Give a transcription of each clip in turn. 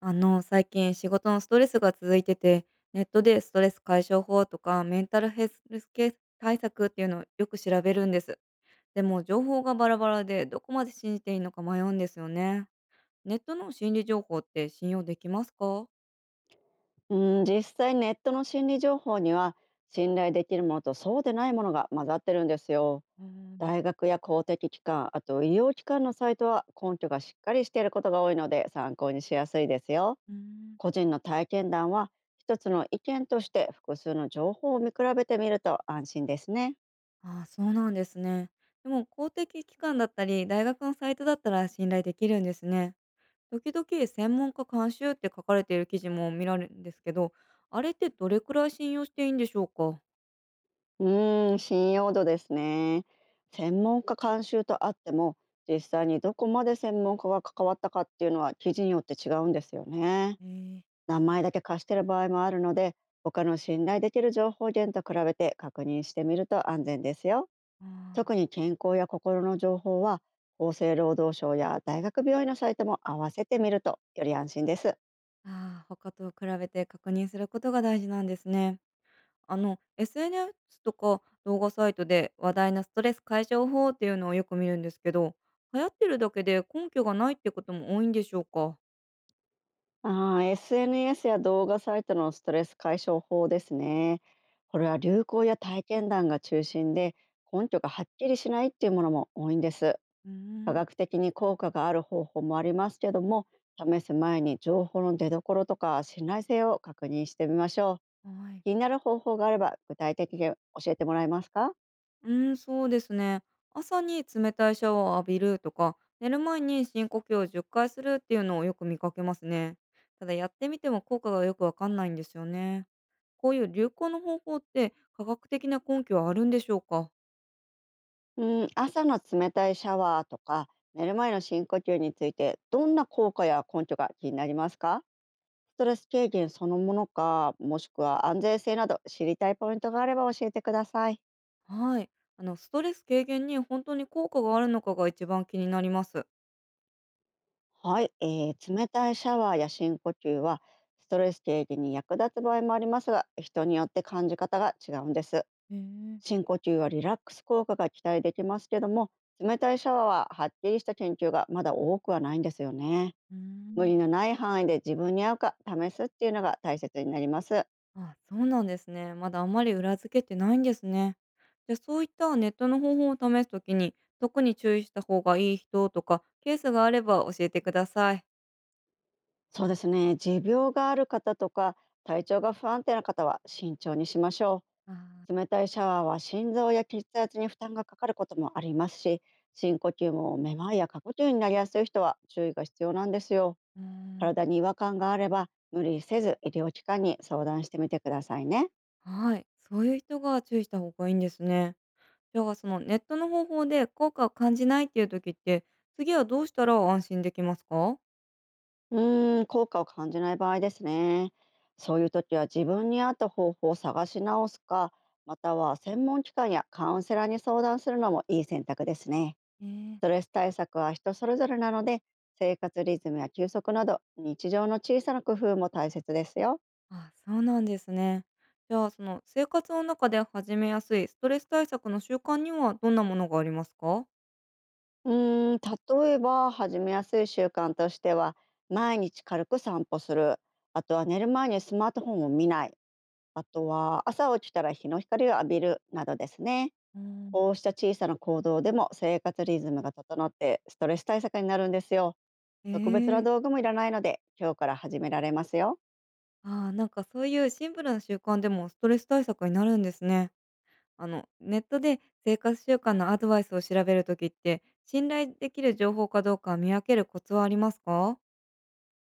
最近仕事のストレスが続いてて、ネットでストレス解消法とかメンタルヘルスケ対策っていうのをよく調べるんです。でも情報がバラバラでどこまで信じていいのか迷うんですよね。ネットの心理情報って信用できますか？うん、実際ネットの心理情報には信頼できるものとそうでないものが混ざってるんですよ。うん。大学や公的機関、あと医療機関のサイトは根拠がしっかりしていることが多いので参考にしやすいですよ。うーん。個人の体験談は一つの意見として複数の情報を見比べてみると安心ですね。ああ、そうなんですね。でも公的機関だったり大学のサイトだったら信頼できるんですね。時々専門家監修って書かれている記事も見られるんですけど、あれってどれくらい信用していいんでしょうか？うーん、信用度ですね。専門家監修とあっても実際にどこまで専門家が関わったかっていうのは記事によって違うんですよね。えー。名前だけ貸している場合もあるので他の信頼できる情報源と比べて確認してみると安全ですよ。あー。特に健康や心の情報は厚生労働省や大学病院のサイトも合わせてみるとより安心です。あー、他と比べて確認することが大事なんですね。SNS とか動画サイトで話題なストレス解消法っていうのをよく見るんですけど、流行ってるだけで根拠がないってことも多いんでしょうか。あー、 SNS や動画サイトのストレス解消法ですね。これは流行や体験談が中心で根拠がはっきりしないっていうものも多いんです。うー科ん。学的に効果がある方法もありますけども、試す前に情報の出どころとか信頼性を確認してみましょう。はい。気になる方法があれば具体的に教えてもらえますか？うーん、そうですね。朝に冷たいシャワーを浴びるとか、寝る前に深呼吸を10回するっていうのをよく見かけますね。ただやってみても効果がよくわかんないんですよね。こういう流行の方法って科学的な根拠はあるんでしょうか？うん、朝の冷たいシャワーとか寝る前の深呼吸についてどんな効果や根拠が気になりますか？ストレス軽減そのものか、もしくは安全性など知りたいポイントがあれば教えてください。はい。ストレス軽減に本当に効果があるのかが一番気になります。はい、冷たいシャワーや深呼吸はストレス軽減に役立つ場合もありますが、人によって感じ方が違うんです。へえ。深呼吸はリラックス効果が期待できますけども、冷たいシャワーははっきりした研究がまだ多くはないんですよね。うー無ん。理のない範囲で自分に合うか試すっていうのが大切になります。あ、そうなんですね。まだあんまり裏付けてないんですね。じゃあそういったネットの方法を試すときに、特に注意した方がいい人とか、ケースがあれば教えてください。そうですね、持病がある方とか体調が不安定な方は慎重にしましょあー。う。冷たいシャワーは心臓や血圧に負担がかかることもありますし、深呼吸もめまいや過呼吸になりやすい人は注意が必要なんですよ。うーん。体に違和感があれば無理せず医療機関に相談してみてくださいね。はい。そういう人が注意した方がいいんですね。じゃあそのネットの方法で効果を感じないっていうときって、次はどうしたら安心できますか？うーん、効果を感じない場合ですね。そういう時は自分に合った方法を探し直すか、または専門機関やカウンセラーに相談するのもいい選択ですね。えー。ストレス対策は人それぞれなので、生活リズムや休息など、日常の小さな工夫も大切ですよ。あ、そうなんですね。じゃあその生活の中で始めやすいストレス対策の習慣にはどんなものがありますか？うーん、例えば始めやすい習慣としては、毎日軽く散歩する、あとは寝る前にスマートフォンを見ない、あとは朝起きたら日の光を浴びるなどですね。うん。こうした小さな行動でも生活リズムが整ってストレス対策になるんですよ。え特別なえ。道具もいらないので、今日から始められますよ。ああ、なんかそういうシンプルな習慣でもストレス対策になるんですね。ネットで生活習慣のアドバイスを調べるときって、信頼できる情報かどうか見分けるコツはありますか？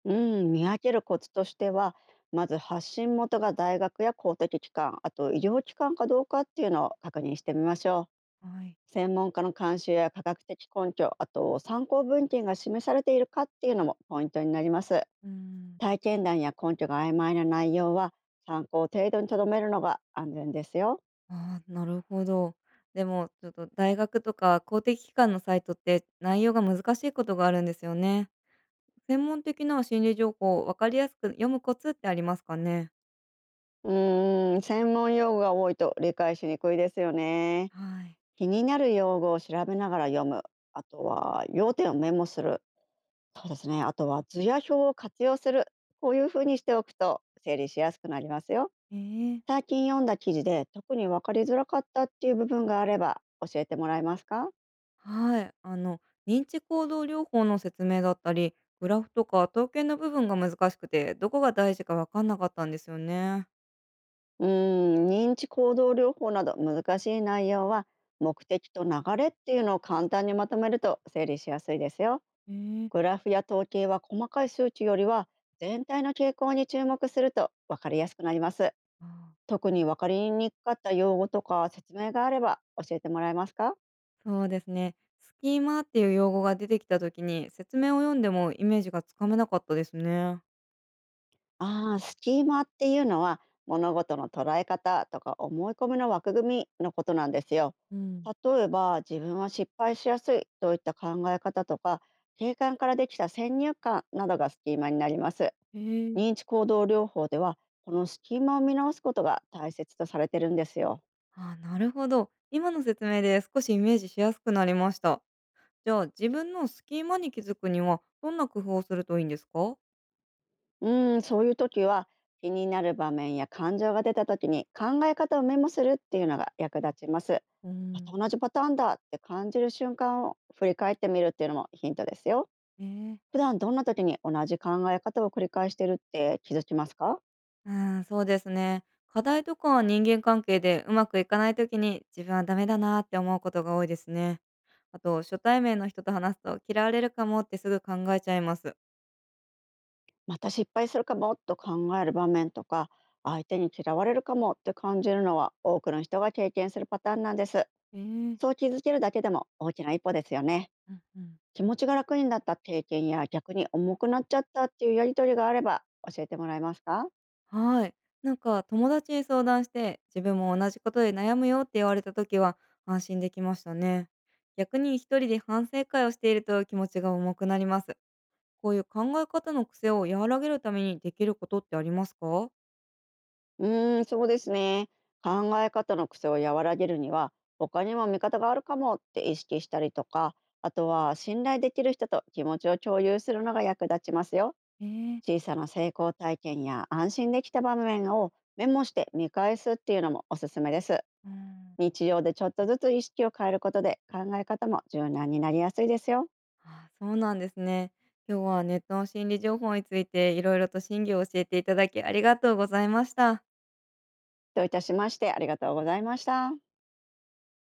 うん、見分けるコツとしては、まず発信元が大学や公的機関、あと医療機関かどうかっていうのを確認してみましょはい。う。専門家の監修や科学的根拠、あと参考文献が示されているかっていうのもポイントになります。うーん。体験談や根拠が曖昧な内容は参考程度にとどめるのが安全ですよ。ああ、なるほど。でも、ちょっと大学とか公的機関のサイトって内容が難しいことがあるんですよね。専門的な心理情報を分かりやすく読むコツってありますかね？うーん、専門用語が多いと理解しにくいですよね。はい。気になる用語を調べながら読む、あとは要点をメモする、そうですね、あとは図や表を活用する。こういうふうにしておくと整理しやすくなりますよ。ええ。最近読んだ記事で特に分かりづらかったっていう部分があれば教えてもらえますか？はい、認知行動療法の説明だったり、グラフとか統計の部分が難しくて、どこが大事か分かんなかったんですよね。うーん、認知行動療法など難しい内容は目的と流れっていうのを簡単にまとめると整理しやすいですよ。えー。グラフや統計は細かい数値よりは全体の傾向に注目すると分かりやすくなります。あー、特に分かりにくかった用語とか説明があれば教えてもらえますか？そうですね。スキーマっていう用語が出てきた時に説明を読んでもイメージがつかめなかったですね。ああ、スキーマっていうのは物事の捉え方とか思い込みの枠組みのことなんですよ。うん。例えば自分は失敗しやすいといった考え方とか定感からできた先入観などがスキーマになります。えー。認知行動療法ではこのスキーマを見直すことが大切とされてるんですよ。あー、なるほど。今の説明で少しイメージしやすくなりました。じゃあ自分のスキーマに気づくにはどんな工夫をするといいんですか？うーん、そういう時は気になる場面や感情が出た時に考え方をメモするっていうのが役立ちます。うまん。た同じパターンだって感じる瞬間を振り返ってみるっていうのもヒントですよ。えー。普段どんな時に同じ考え方を繰り返してるって気づきますか？うーん、そうですね。課題とか人間関係でうまくいかないときに自分はダメだなって思うことが多いですね。あと初対面の人と話すと嫌われるかもってすぐ考えちゃいます。また失敗するかもと考える場面とか相手に嫌われるかもって感じるのは多くの人が経験するパターンなんです。えそうえ。気づけるだけでも大きな一歩ですよね。うんうん。気持ちが楽になった経験や逆に重くなっちゃったっていうやりとりがあれば教えてもらえますか？はい。なんか友達に相談して自分も同じことで悩むよって言われた時は安心できましたね。逆に一人で反省会をしていると気持ちが重くなります。こういう考え方の癖を和らげるためにできることってありますか？うーん、そうですね。考え方の癖を和らげるには他にも見方があるかもって意識したりとか、あとは信頼できる人と気持ちを共有するのが役立ちますよ。ええ。小さな成功体験や安心できた場面をメモして見返すっていうのもおすすめです。うん。日常でちょっとずつ意識を変えることで考え方も柔軟になりやすいですよ。あー、そうなんですね。今日はネットの心理情報についていろいろと真偽を教えていただきありがとうございました。どういたしまして、ありがとうございました。